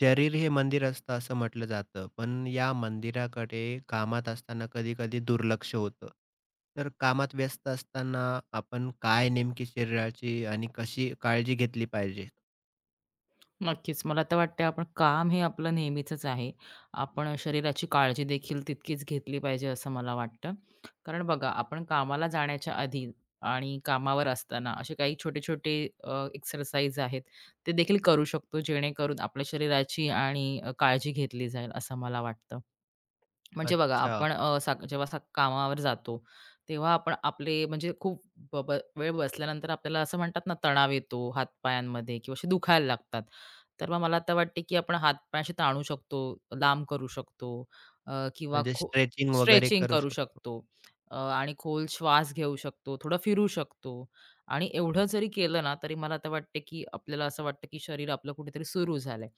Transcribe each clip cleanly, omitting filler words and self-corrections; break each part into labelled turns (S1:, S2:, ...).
S1: शरीर हे मंदिर असतं असं म्हटलं जातं, पण या मंदिराकडे कामात असताना कधी-कधी दुर्लक्ष होतं. तर कामात व्यस्त असताना आपण काय नेमकी शरीराची आणि कशी काळजी घेतली पाहिजे?
S2: नक्कीच. मला तर वाटतंय आपण काम हे आपलं नेहमीचंच आहे. आपण शरीराची काळजी देखील तितकीच घेतली पाहिजे असं मला वाटतं. कारण बघा आपण कामाला जाण्याच्या आधी आणि कामावर असताना असे काही छोटे-छोटे एक्सरसाइज आहेत, ते देखील करू शकतो जेणेकरून आपल्या शरीराची आणि काळजी घेतली जाईल असं मला वाटतं. म्हणजे बघा
S1: अच्छा,
S2: आपण अ, साक जेव्हा असा कामावर जातो, तेव्हा आपण आपले म्हणजे खूप ब ब वेळ बसल्यानंतर आपल्याला असं म्हणतात ना, तणाव येतो हात-पायांमध्ये किंवा असे दुखायला लागतात. तर मग मला तर वाटते, की आपण हात-पाय असे ताणू शकतो, लांब करू शकतो अ, किंवा
S1: म्हणजे
S2: खो
S1: स्ट्रेचिंग वगैरे
S2: स्ट्रेचिंग
S1: करू
S2: करू
S1: शकतो.
S2: शकतो, आणि खोल श्वास घेऊ शकतो, थोडं फिरू शकतो आणि एवढं जरी केलं ना, तरी मला आता वाटते, की आपल्याला असं वाटतं, की शरीर आपलं कुठेतरी सुरू झालंय.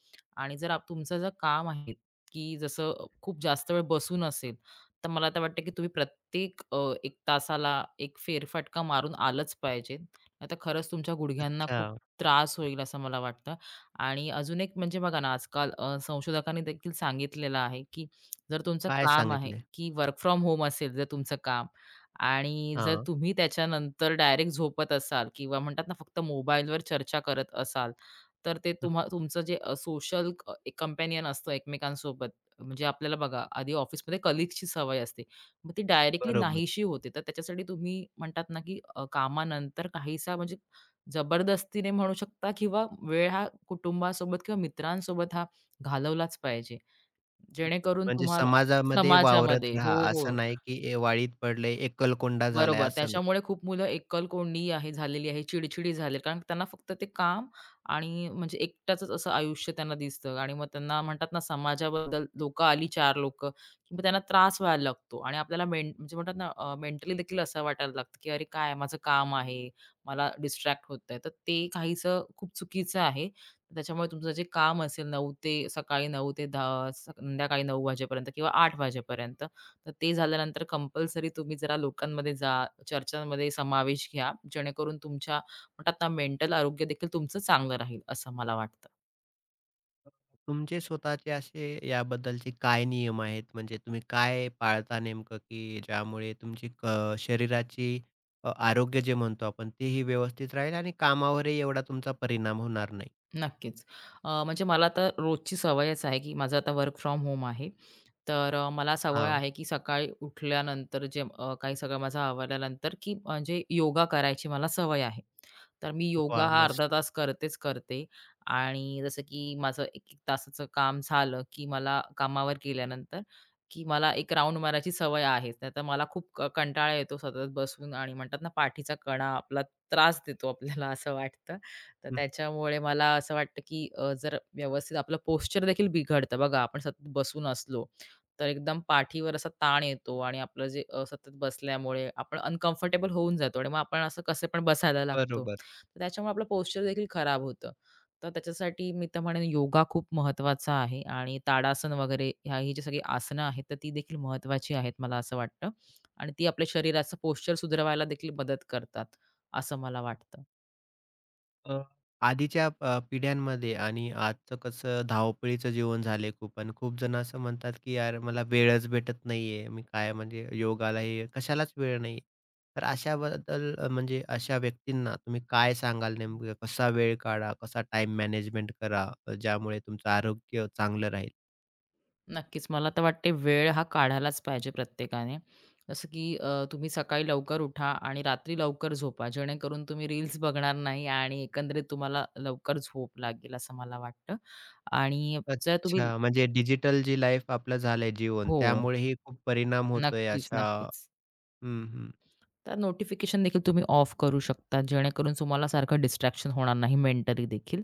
S2: आणि जर तुमचं जर काम आहे की जसं खूप जास्त वेळ बसून असेल, तर मला तर वाटतं की तुम्ही प्रत्येक 1 तासाला एक फेरफटका मारून आलंच पाहिजे. नाहीतर खरंच तुमच्या गुडघ्यांना
S1: अच्छा,
S2: खूप त्रास होईल असं मला वाटतं. आणि अजून एक म्हणजे बघा ना, आजकाल संशोधकांनी देखील सांगितलेलं आहे, की जर तुमचं
S1: काय
S2: काम आहे,
S1: सांगितले?
S2: की वर्क फ्रॉम होम असेल, जर तुमचं काम आणि जर
S1: हां,
S2: तुम्ही त्याच्यानंतर डायरेक्ट झोपत असाल किंवा म्हणतात ना, फक्त मोबाईलवर चर्चा करत असाल, तर ते
S1: हं,
S2: तुमचं जे सोशल एक कंपॅनियन असतं एकमेकांसोबत, म्हणजे आपल्याला बघा आधी ऑफिसमध्ये कलीग्सची सवय असते. मग ती डायरेक्टली
S1: बरोबर.
S2: नाहीशी होते. तर त्याच्यासाठी तुम्ही म्हणतात ना, की कामानंतर काहीसा म्हणजे जबरदस्तीने म्हणू शकता किंवा वेळ हा कुटुंबासोबत किंवा मित्रांसोबत हा घालवलाच पाहिजे. जेणेकरून
S1: म्हणजे
S2: तुम्हाला
S1: समाजामध्ये वावरत
S2: समाजामध्ये
S1: राहा,
S2: हो, हो.
S1: असं नाही की वाळीत पडले, एकलकोंडा झालाय
S2: बरोबर.
S1: असं नाही.
S2: त्याच्यामुळे खूप मुलं एकलकोंडी आहे झालेली आहे, चिडचिडी झाली आहे. कारण त्यांना फक्त ते काम आणि म्हणजे एकट्याचंच असं आयुष्य त्यांना दिसतं आणि मग त्यांना म्हणतात ना समाजाबद्दल लोकं आली चार लोक, की मग त्यांना त्रास व्हायला लागतो आणि आपल्याला म्हणजे म्हणतात ना मेंटली देखील असं वाटायला लागतं, की "अरे काय माझं काम आहे, मला डिस्ट्रॅक्ट होतंय." तर ते काहीसं खूप चुकीचं आहे. त्याच्यामुळे तुमचं जे काम असेल 9 ते सकाळी 9 ते 10, संध्याकाळी 9 वाजेपर्यंत किंवा 8 वाजेपर्यंत, तर ते झाल्यानंतर कंपल्सरी तुम्ही जरा लोकांमध्ये जा, चर्चांमध्ये समावेश घ्या, जेणेकरून तुमच्या म्हणतात ना मेंटल आरोग्य देखील तुमचं चांगलं राहील, असं मला वाटतं.
S1: तुमचे स्वतःचे असे याबद्दलचे काय नियम आहेत? म्हणजे तुम्ही काय पाळता नेमकं, की ज्यामुळे तुमची शरीराची आरोग्य जे म्हणतो आपण तेही व्यवस्थित राहील आणि कामावरही एवढा तुमचा परिणाम होणार नाही?
S2: नक्कीच. म्हणजे मला तर रोजची सवयच आहे, की माझं आता वर्क फ्रॉम होम आहे. तर मला सवय
S1: हां.
S2: आहे, की सकाळी उठल्यानंतर जे काही सगळं माझं आवरल्यानंतर, की म्हणजे योगा करायची मला सवय आहे. तर मी योगा
S1: वाह!
S2: हा
S1: मस्त.
S2: अर्धा तास करतेच करते आणि जसं की माझं 1-1 तासाचं काम झालं, की मला कामावर गेल्यानंतर, की मला एक राउंड मारायची सवय आहे. नाहीतर मला खूप कंटाळा येतो सतत बसून आणि म्हणतात ना, पाठीचा कणा आपला त्रास देतो आपल्याला असं वाटतं. तर
S1: हं.
S2: त्याच्यामुळे मला असं वाटतं, की जर व्यवस्थित आपलं पोश्चर देखील बिघडतं बघा, आपण सतत बसून असलो, तर एकदम पाठीवर असा ताण येतो आणि आपलं जे सतत बसल्यामुळे आपण अनकम्फर्टेबल होऊन जातो आणि मग आपण असं कसे पण बसायला लागतो.
S1: बरोबर.
S2: तर त्याच्यामुळे आपलं पोस्चर देखील खराब होतं. तर त्याच्यासाठी मी तर म्हणेन योगा खूप महत्त्वाचा आहे आणि ताडासन वगैरे ह्या ही जी सगळी आसनं आहेत, तर ती देखील महत्त्वाची आहेत मला असं वाटतं आणि ती आपल्या शरीराचं पोश्चर सुधारवायला देखील मदत करतात, असं मला वाटतं.
S1: अ, आधीच्या पिढ्यांमध्ये आणि आजचं कसं धावपळीचं जीवन झालंय खूप आणि खूप जण असं म्हणतात, की "यार मला वेळच भेटत नाहीये. मी काय म्हणजे योगाला हे कशालाच वेळ नाही." तर अशाबद्दल म्हणजे अशा व्यक्तींना तुम्ही काय सांगाल नेमकं कसा वेळ काढा, कसा टाईम मॅनेजमेंट करा, ज्यामुळे तुमचं आरोग्य चांगलं राहील?
S2: नक्कीच. मला तर वाटते वेळ हा काढायलाच पाहिजे प्रत्येकाने. जसं की तुम्ही सकाळी लवकर उठा आणि रात्री लवकर झोपा. जेणेकरून तुम्ही रील्स बघणार नाही आणि एकंदरीत तुम्हाला लवकर झोप लागेल असं मला वाटतं. आणि जर तुम्ही
S1: अच्छा, म्हणजे डिजिटल जी लाईफ आपलं झालंय जीवन
S2: हो.
S1: त्यामुळेही खूप परिणाम होतोय
S2: नक्कीच,
S1: अशा.
S2: नक्कीच.
S1: हं, हं.
S2: तर नोटिफिकेशन देखील तुम्ही ऑफ करू शकता, जेणेकरून तुम्हाला सारखं डिस्ट्रॅक्शन होणार नाही मेंटली देखील.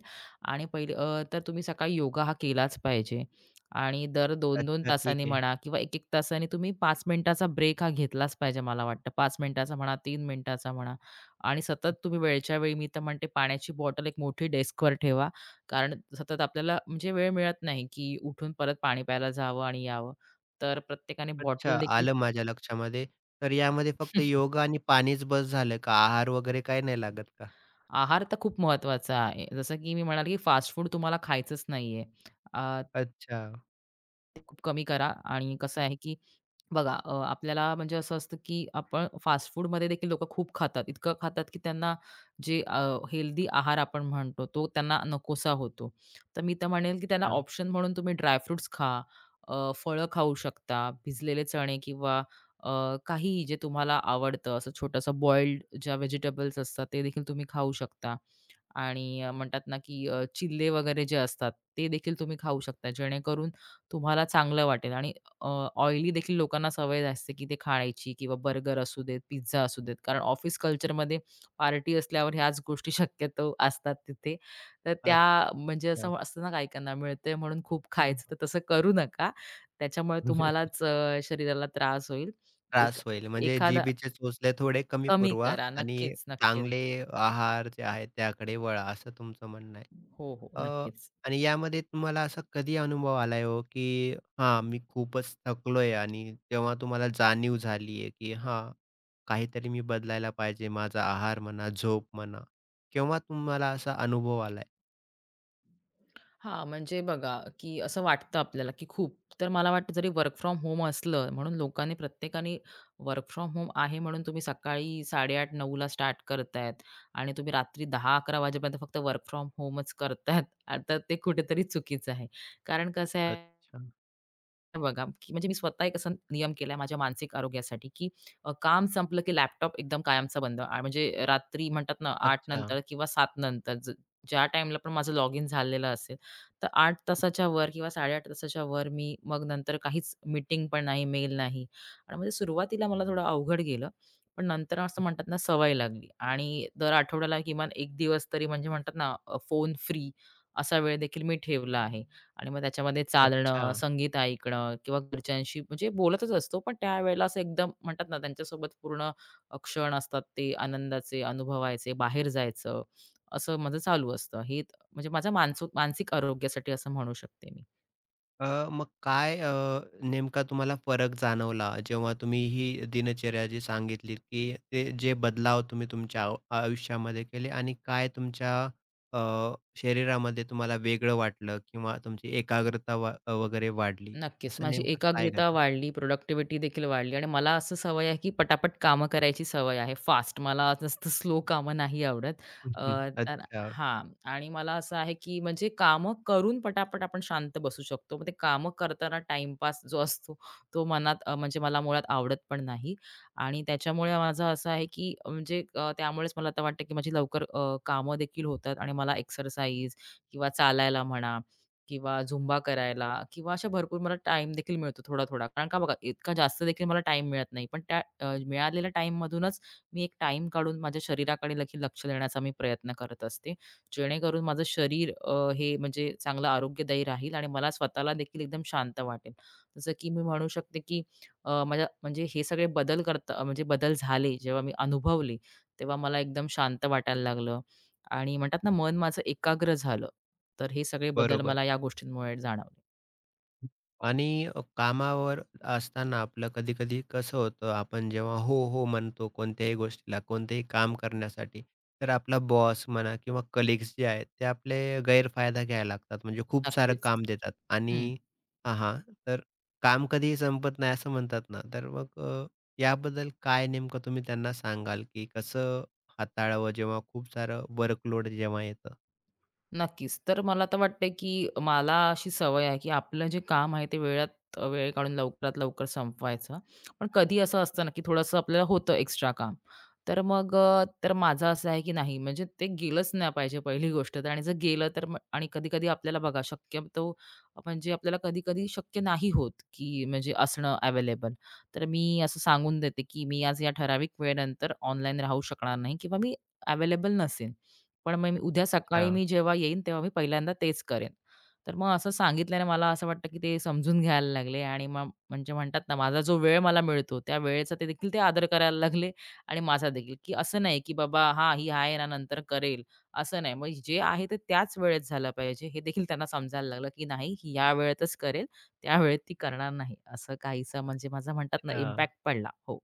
S2: आणि पहिले तर तुम्ही सकाळी योगा हा केलाच पाहिजे आणि दर दोन-दोन 2
S1: अच्छा,
S2: तासांनी
S1: ठीक आहे.
S2: म्हणा किंवा एक एक तासांनी तुम्ही 5 मिनिटाचा ब्रेक हा घेतलाच पाहिजे मला वाटतं. 5 मिनिटाचा म्हणा, 3 मिनिटाचा म्हणा. आणि सतत तुम्ही वेळच्या वेळी मी तर म्हणते पाण्याची बॉटल एक मोठी डेस्कवर ठेवा. कारण सतत आपल्याला म्हणजे वेळ मिळत नाही, की उठून परत पाणी प्यायला जावं आणि यावं. तर प्रत्येकाने
S1: अच्छा,
S2: बॉटल देखील
S1: आलं माझ्या लक्षामध्ये. तर यामध्ये फक्त योगा आणि पाणीच बस झालं का? आहार वगैरे काही नाही लागत का?
S2: आहार तर खूप महत्त्वाचा आहे. जसं की मी म्हणाले, की फास्ट फूड तुम्हाला खायचंच नाहीये. अ,
S1: अच्छा,
S2: ते खूप कमी करा आणि कसं आहे, की बघा आपल्याला म्हणजे असं असतं, की आपण फास्ट फूडमध्ये देखील लोकं खूप खातात. इतकं खातात, की त्यांना जे हेल्दी आहार आपण म्हणतो, तो त्यांना नकोसा होतो. तर मी तर म्हणेल, की त्याला
S1: हां,
S2: ऑप्शन म्हणून तुम्ही ड्राय खा, फळं खाऊ शकता, भिजलेले चणे किंवा अ, काहीही जे तुम्हाला आवडतं, असं छोटंसं बॉइल्ड ज्या व्हेजिटेबल्स असतात, ते देखील तुम्ही खाऊ शकता. आणि म्हणतात ना, की चिल्ले वगैरे जे असतात, ते देखील तुम्ही खाऊ शकता. जेणेकरून तुम्हाला चांगलं वाटेल आणि अ, ऑइली देखील लोकांना सवय असते, की ते खाण्याची किंवा बर्गर असू देत, पिझ्झा असू देत. कारण ऑफिस कल्चरमध्ये पार्टी असल्यावर ह्याच गोष्टी शक्यतो असतात तिथे. तर त्या म्हणजे असं
S1: अच्छा.
S2: असतं ना, काही मिळतंय म्हणून खूप खायचं,
S1: हं.
S2: तर तसं करू नका. त्याच्यामुळे तुम्हालाच शरीराला त्रास होईल. एक
S1: त्रास होईल म्हणजे
S2: एखादा
S1: जिभेचे चोचले थोडे कमी
S2: कमी
S1: पुरवा
S2: करा.
S1: आणि
S2: नक्कीच, नक्कीच.
S1: चांगले आहार जे आहेत त्याकडे वळा, असं तुमचं म्हणणं आहे.
S2: हो, हो.
S1: अ,
S2: नक्कीच.
S1: आणि यामध्ये तुम्हाला असा कधी अनुभव आलाय हो, की हां, मी खूपच थकलोय आणि तेव्हा तुम्हाला जाणीव झालीये, की हां, काहीतरी मी बदलायला पाहिजे, माझा आहार म्हणा, झोप म्हणा. केव्हा तुम्हाला असा अनुभव आलाय?
S2: हां, म्हणजे बघा, की असं वाटतं आपल्याला, की खूप तर मला वाटतं जरी वर्क फ्रॉम होम असलं म्हणून लोकांनी प्रत्येकाने वर्क फ्रॉम होम आहे म्हणून तुम्ही सकाळी 8:30-9:00 ला स्टार्ट करतायत आणि तुम्ही रात्री 10-11 वाजेपर्यंत फक्त वर्क फ्रॉम होमच करतायत. आता ते कुठेतरी चुकीचं आहे. कारण कसं आहे
S1: अच्छा,
S2: बघा, की म्हणजे मी स्वतः एक असा नियम केलाय माझ्या मानसिक आरोग्यासाठी, की काम संपलं की लॅपटॉप एकदम कायमचा बंद. म्हणजे रात्री म्हणतात ना 8
S1: अच्छा,
S2: नंतर किंवा सात नंतर ज्या टाईमला पण माझं लॉग इन झालेलं असेल, तर 8 तासाच्या वर किंवा 8.30 तासाच्या वर मी मग नंतर काहीच मीटिंग पण नाही, मेल नाही. आणि म्हणजे सुरुवातीला मला थोडं अवघड गेलं. पण नंतर असं म्हणतात ना सवय लागली आणि दर आठवड्याला किमान 1 दिवस तरी म्हणजे म्हणतात ना फोन फ्री असा वेळ देखील मी ठेवला आहे. आणि मग त्याच्यामध्ये
S1: अच्छा.
S2: चालणं, संगीत ऐकणं किंवा घरच्यांशी म्हणजे बोलतच असतो, पण त्यावेळेला असं एकदम म्हणतात ना, त्यांच्यासोबत पूर्ण क्षण असतात ते आनंदाचे, अनुभवायचे, बाहेर जायचं, असं माझं चालू असतं. म्हणजे माझ्या मानसिक आरोग्यासाठी असं म्हणू शकते मी.
S1: अ, मग काय नेमका तुम्हाला फरक जाणवला जेव्हा तुम्ही ही दिनचर्या जी सांगितली, की ते जे बदलाव तुम्ही तुमच्या आयुष्यामध्ये केले आणि काय तुमच्या अ, शरीरामध्ये तुम्हाला वेगळं वाटलं किंवा तुमची एकाग्रता वगैरे वाढली,
S2: नक्कीच.
S1: असं
S2: माझी
S1: नेमकं काय
S2: एकाग्रता
S1: घडलं?
S2: वाढली, प्रॉडक्टिव्हिटी देखील वाढली आणि मला असं सवय आहे, की पटापट कामं करायची सवय आहे फास्ट. मला जास्त स्लो कामं नाही आवडत.
S1: हं,
S2: अ, तर
S1: अच्छा,
S2: हां. आणि मला असं आहे, की म्हणजे कामं करून पटापट आपण शांत बसू शकतो. मग ते कामं करताना टाईमपास जो असतो, तो मनात म्हणजे मला मुळात आवडत पण नाही. आणि त्याच्यामुळे माझं असं आहे, की म्हणजे त्यामुळेच मला आता वाटतं, की माझी लवकर कामं देखील होतात आणि मला एक्सरसाइज किंवा चालायला म्हणा किंवा झुंबा करायला किंवा अशा भरपूर मला टाइम देखील मिळतो थोडा-थोडा. कारण का बघा इतका जास्त देखील मला टाईम मिळत नाही. पण त्या मिळालेल्या टाईममधूनच मी एक टाइम काढून माझ्या शरीराकडे देखील लक्ष देण्याचा मी प्रयत्न करत असते. जेणेकरून माझं शरीर हे म्हणजे चांगलं आरोग्यदायी राहील आणि मला स्वतःला देखील एकदम शांत वाटेल. जसं की मी म्हणू शकते की माझ्या म्हणजे हे सगळे बदल करता म्हणजे बदल झाले जेव्हा मी अनुभवले, तेव्हा मला एकदम शांत वाटायला लागलं आणि म्हणतात ना मन माझं एकाग्र झालं. तर हे सगळे बदल
S1: बरोबर.
S2: मला या गोष्टींमुळे जाणवले.
S1: आणि कामावर असताना आपलं कधी-कधी कसं होतं, आपण जेव्हा हो, हो म्हणतो कोणत्याही गोष्टीला, कोणतेही काम करण्यासाठी, तर आपला बॉस म्हणा किंवा कलीग्स जे आहेत, ते आपले गैरफायदा घ्यायला लागतात. म्हणजे खूप सारं
S2: नक्कीच.
S1: काम देतात
S2: हं.
S1: आणि हां, हां. तर काम कधीही संपत नाही असं म्हणतात ना, तर मग याबद्दल काय नेमकं तुम्ही त्यांना सांगाल, की कसं हाताळावं जेव्हा खूप सारं वर्कलोड जेव्हा येतं?
S2: नक्कीच. तर मला तर वाटतंय, की मला अशी सवय आहे, की आपलं जे काम आहे ते वेळात वेळ काढून लवकरात लवकर संपवायचं. पण कधी असं असतं ना, की थोडंसं आपल्याला होतं एक्स्ट्रा काम. तर मग तर माझं असं आहे, की नाही म्हणजे ते गेलंच नाही पाहिजे पहिली गोष्ट तर आणि जर गेलं तर मग आणि कधी-कधी आपल्याला बघा शक्यतो म्हणजे आपल्याला कधी-कधी शक्य नाही होत, की म्हणजे असणं अवेलेबल. तर मी असं सांगून देते, की मी आज या ठराविक वेळेनंतर ऑनलाईन राहू शकणार नाही किंवा मी अवेलेबल नसेन. पण मग मी उद्या
S1: अच्छा,
S2: सकाळी मी जेव्हा येईन तेव्हा मी पहिल्यांदा तेच करेन. तर मग असं सांगितल्याने मला असं वाटतं, की ते समजून घ्यायला लागले आणि मग म्हणजे म्हणतात ना, माझा जो वेळ मला मिळतो त्या वेळेचा ते देखील ते आदर करायला लागले आणि माझा देखील, की असं नाही, की बाबा हां, ही आहे ना नंतर करेल, असं नाही. मग जे आहे ते त्याच वेळेत झालं पाहिजे हे देखील त्यांना समजायला लागलं, की नाही ही या वेळेतच करेल, त्यावेळेत ती करणार नाही. असं काहीसं म्हणजे माझा म्हणतात ना
S1: अच्छा.
S2: इम्पॅक्ट पडला. हो.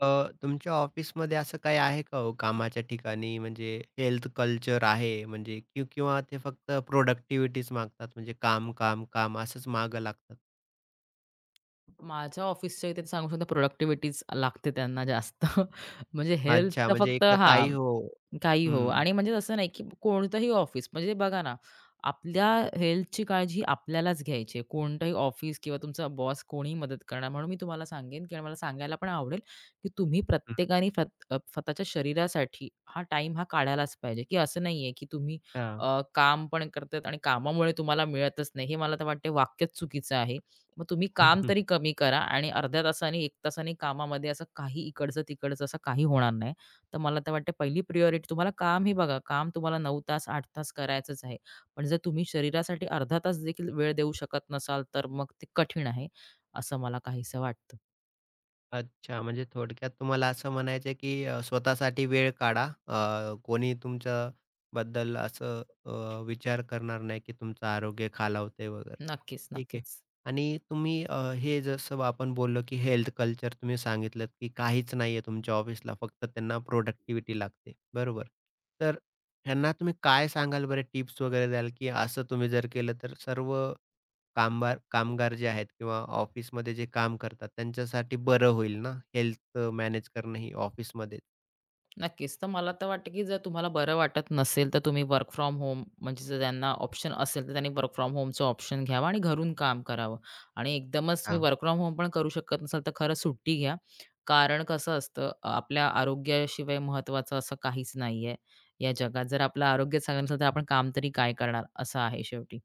S1: अ, तुमच्या ऑफिसमध्ये असं काही आहे का हो कामाच्या ठिकाणी म्हणजे हेल्थ कल्चर आहे म्हणजे किंवा ते फक्त प्रोडक्टिव्हिटीच मागतात म्हणजे काम, काम, काम असंच मागं लागतात?
S2: माझ्या ऑफिसच्या इथे सांगू शकतो प्रॉडक्टिव्हिटीच लागते त्यांना जास्त. म्हणजे
S1: अच्छा,
S2: हेल्थचं
S1: म्हणजे
S2: फक्त
S1: इकडं
S2: हां,
S1: काही हो.
S2: काही हो
S1: हं,
S2: आणि म्हणजे असं नाही, की कोणतंही ऑफिस म्हणजे बघा ना, आपल्या हेल्थची काळजी आपल्यालाच घ्यायची आहे. कोणतंही ऑफिस किंवा तुमचा बॉस कोणीही मदत करणार. म्हणून मी तुम्हाला सांगेन किंवा मला सांगायला पण आवडेल, की तुम्ही प्रत्येकाने स्वतःच्या शरीरासाठी हा टाईम हा काढायलाच पाहिजे, की असं नाहीये, की तुम्ही
S1: अच्छा.
S2: काम पण करतात आणि कामामुळे तुम्हाला मिळतच नाही. हे मला तर वाटते वाक्यच चुकीचं आहे. मग तुम्ही काम तरी कमी करा आणि अर्ध्या तासाने, 1 तासाने कामामध्ये असं काही इकडचं-तिकडचं असं काही होणार नाही. तर मला तर वाटते पहिली प्रायोरिटी तुम्हाला काम हे बघा, काम तुम्हाला 9 तास, 8 तास करायचंच आहे. पण जर तुम्ही शरीरासाठी अर्धा तास देखील वेळ देऊ शकत नसाल, तर मग ते कठीण आहे, असं मला काहीसं वाटतं.
S1: अच्छा, म्हणजे थोडक्यात तुम्हाला असं म्हणायचं आहे, की स्वतःसाठी वेळ काढा. कोणी तुमच्याबद्दल असं विचार करणार नाही, की तुमचं आरोग्य खालावतंय वगैरे.
S2: नक्कीच,
S1: ठीक आहे.
S2: नक्कीच.
S1: आणि तुम्ही हे जसं आपण बोललो, की हेल्थ कल्चर तुम्ही सांगितलंत, की काहीच नाहीये तुमच्या ऑफिसला, फक्त त्यांना प्रोडक्टिव्हिटी लागते, बरोबर. तर ह्यांना तुम्ही काय सांगाल बरं, टिप्स वगैरे द्याल, की असं तुम्ही जर केलं तर सर्व कामगार कामगार जे आहेत किंवा ऑफिसमध्ये जे काम करतात त्यांच्यासाठी बरं होईल ना, हेल्थ मॅनेज करणं ही ऑफिसमध्येच.
S2: नक्कीच. तर मला तर वाटतं, की जर तुम्हाला बरं वाटत नसेल, तर तुम्ही वर्क फ्रॉम होम म्हणजे जर त्यांना ऑप्शन असेल, तर त्यांनी वर्क फ्रॉम होमचं ऑप्शन घ्यावा आणि घरून काम करावं. आणि एकदमच तुम्ही
S1: हां.
S2: वर्क फ्रॉम होम पण करू शकत नसाल, तर खरं सुट्टी घ्या. कारण कसं असतं, आपल्या आरोग्याशिवाय महत्त्वाचं असं काहीच नाहीये या जगात. जर आपलं आरोग्य चांगलं नसेल, तर आपण काम तरी काय करणार? असं आहे शेवटी.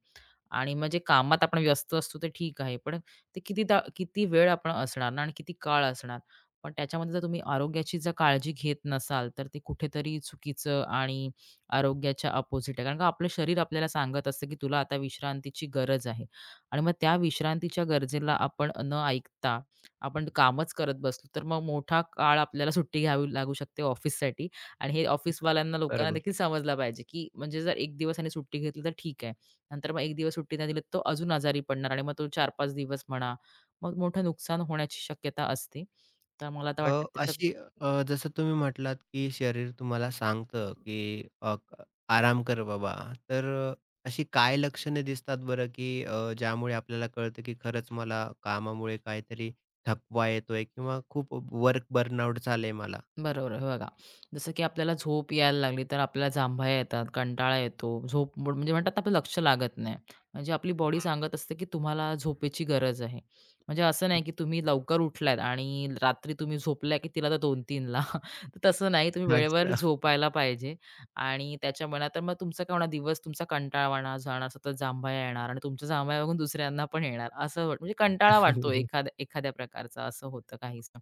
S2: आणि म्हणजे कामात आपण व्यस्त असतो ते ठीक आहे. पण ते किती किती वेळ आपण असणार ना आणि किती काळ असणार. पण त्याच्यामध्ये जर तुम्ही आरोग्याची जर काळजी घेत नसाल, तर ते कुठेतरी चुकीचं आणि आरोग्याच्या अपोझिट आहे. कारण आपलं शरीर आपल्याला सांगत असतं, की तुला आता विश्रांतीची गरज आहे. आणि मग त्या विश्रांतीच्या गरजेला आपण न ऐकता आपण कामच करत बसलो, तर मग मोठा काळ आपल्याला सुट्टी घ्यावी लागू शकते ऑफिससाठी. आणि हे ऑफिसवाल्यांना लोकांना
S1: बरोबर.
S2: देखील समजलं पाहिजे, की म्हणजे जर 1 दिवस ह्याने सुट्टी घेतली तर ठीक आहे. नंतर मग एक दिवस सुट्टी नाही दिली तर तो अजून आजारी पडणार आणि मग तो चार 5 दिवस म्हणा, मग मोठं नुकसान होण्याची शक्यता असते. तर मला आता
S1: अ,
S2: वाटतं त्याच्या
S1: अशी जसं तुम्ही म्हटलात, की शरीर तुम्हाला सांगतं, की आराम कर बाबा. तर अ, अशी काय लक्षणे दिसतात बरं, की ज्यामुळे आपल्याला कळतं, की खरंच मला कामामुळे काहीतरी थकवा येतोय किंवा खूप वर्क बर्नआउट झालंय मला?
S2: बरोबर आहे. हे बघा, जसं की आपल्याला झोप यायला लागली, तर आपल्याला जांभया येतात, कंटाळा येतो, झोप मोड म्हणजे म्हणतात ना, आपलं लक्ष लागत नाही. म्हणजे आपली बॉडी
S1: हं,
S2: सांगत असते, की तुम्हाला झोपेची गरज आहे. म्हणजे असं नाही,
S1: हं.
S2: की तुम्ही लवकर उठलात आणि रात्री तुम्ही झोपल्या, की तिला तर 2-3 तर तसं नाही, तुम्ही वेळेवर
S1: अच्छा.
S2: झोपायला पाहिजे आणि त्याच्यामुळे तर मग तुमचा काय होणार, दिवस तुमचा कंटाळवाणा जाणार, सतत जांभया येणार आणि तुमच्या जांभया बघून दुसऱ्यांना पण येणार. म्हणजे कंटाळा वाटतो एखाद्या एखाद्या प्रकारचा, असं होतं काहीसं.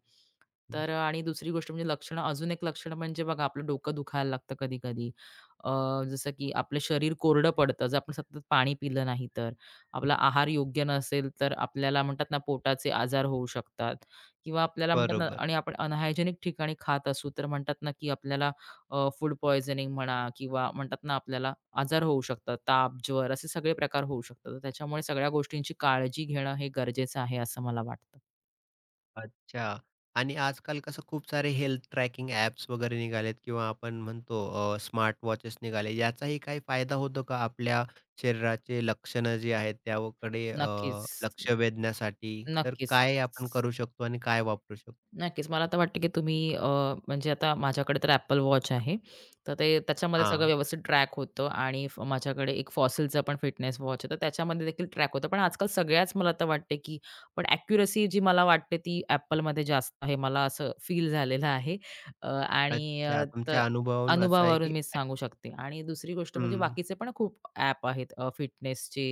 S2: तर आणि दुसरी गोष्ट म्हणजे अजून एक लक्षण म्हणजे बघा आपलं डोकं दुखायला लागतं कधी-कधी. अ, जसं की आपलं शरीर कोरडं पडतं जर आपण सतत पाणी पिलं नाही तर. आपला आहार योग्य नसेल तर आपल्याला म्हणतात ना पोटाचे आजार होऊ शकतात किंवा आपल्याला म्हणतात ना
S1: बरोबर.
S2: आणि आपण अनहायजेनिक ठिकाणी खात असू तर म्हणतात ना की आपल्याला फूड पॉइझनिंग म्हणा किंवा म्हणतात ना आपल्याला आजार होऊ शकतात. ताप, ज्वर असे सगळे प्रकार होऊ शकतात. तर त्याच्यामुळे सगळ्या गोष्टींची काळजी घेणं हे गरजेचं आहे असं मला वाटतं.
S1: अच्छा. आणि आजकाल कसं खूप सारे हेल्थ ट्रॅकिंग ॲप्स वगैरे निघालेत किंवा आपण म्हणतो स्मार्ट वॉचेस निघाले. याचाही काही फायदा होतो का आपल्या शरीराचे लक्षणं जी आहेत त्याकडे
S2: नक्कीच.
S1: लक्ष वेधण्यासाठी? तर
S2: नक्कीच.
S1: काय आपण करू शकतो आणि काय वापरू शकतो?
S2: नक्कीच. मला तर वाटतं की तुम्ही म्हणजे आता माझ्याकडे तर Apple Watch आहे. तर ते त्याच्यामध्ये सगळं
S1: हां.
S2: व्यवस्थित ट्रॅक होतं आणि माझ्याकडे एक Fossilचं पण फिटनेस वॉच आहे. तर त्याच्यामध्ये देखील ट्रॅक होतं. पण आजकाल सगळ्याच मला तर वाटते की पण ॲक्युरसी जी मला वाटते ती Appleमध्ये जास्त आहे. मला असं फील झालेलं आहे. आणि
S1: अच्छा.
S2: तर
S1: तुमच्या अनुभवावरून असं आहे
S2: अनुभवावरून
S1: की.
S2: मी सांगू शकते. आणि दुसरी गोष्ट म्हणजे
S1: हं.
S2: बाकीचे पण खूप ॲप आहेत फिटनेसचे.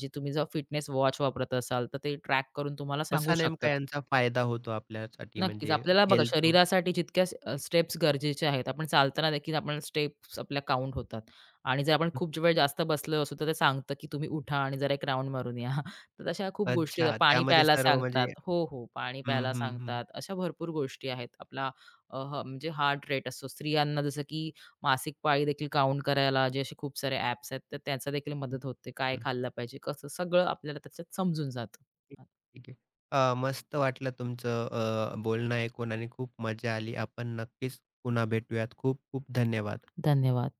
S2: जे तुम्ही जर फिटनेस वॉच वापरत असाल, तर ते ट्रॅक करून तुम्हाला सांगू
S1: कसा नेमका
S2: शकतात.
S1: यांचा फायदा होतो आपल्यासाठी
S2: नक्कीच.
S1: म्हणजे
S2: आपल्याला बघा
S1: हेल्थ.
S2: शरीरासाठी जितक्या स्टेप्स गरजेच्या आहेत. आपण चालताना देखील आपण स्टेप्स आपल्या काउंट होतात आणि जर आपण खूप वेळ जास्त बसलो असू, तर ते सांगतं, की तुम्ही उठा आणि जरा एक राउंड मारून या. तर तशा खूप गोष्टी आहेत.
S1: अच्छा.
S2: पाणी
S1: त्यामध्ये
S2: प्यायला
S1: सर्व
S2: सांगतात.
S1: म्हणजे.
S2: हो, हो. पाणी प्यायला
S1: हं.
S2: सांगतात. अशा भरपूर गोष्टी आहेत. आपला म्हणजे हार्ट रेट असतो. स्त्रियांना जसं की मासिक पाळी देखील काउंट करायला जे असे खूप सारे ॲप्स आहेत, तर त्याचा देखील
S1: हं,
S2: मदत होते. काय
S1: हं.
S2: खाल्लं पाहिजे? कसं? सगळं आपल्याला त्याच्यात समजून जातं.
S1: ठीक ठीक आहे. मस्त वाटलं तुमचं बोलणं ऐकून आणि खूप मजा आली. आपण नक्कीच पुन्हा भेटूयात. खूप खूप धन्यवाद.
S2: धन्यवाद.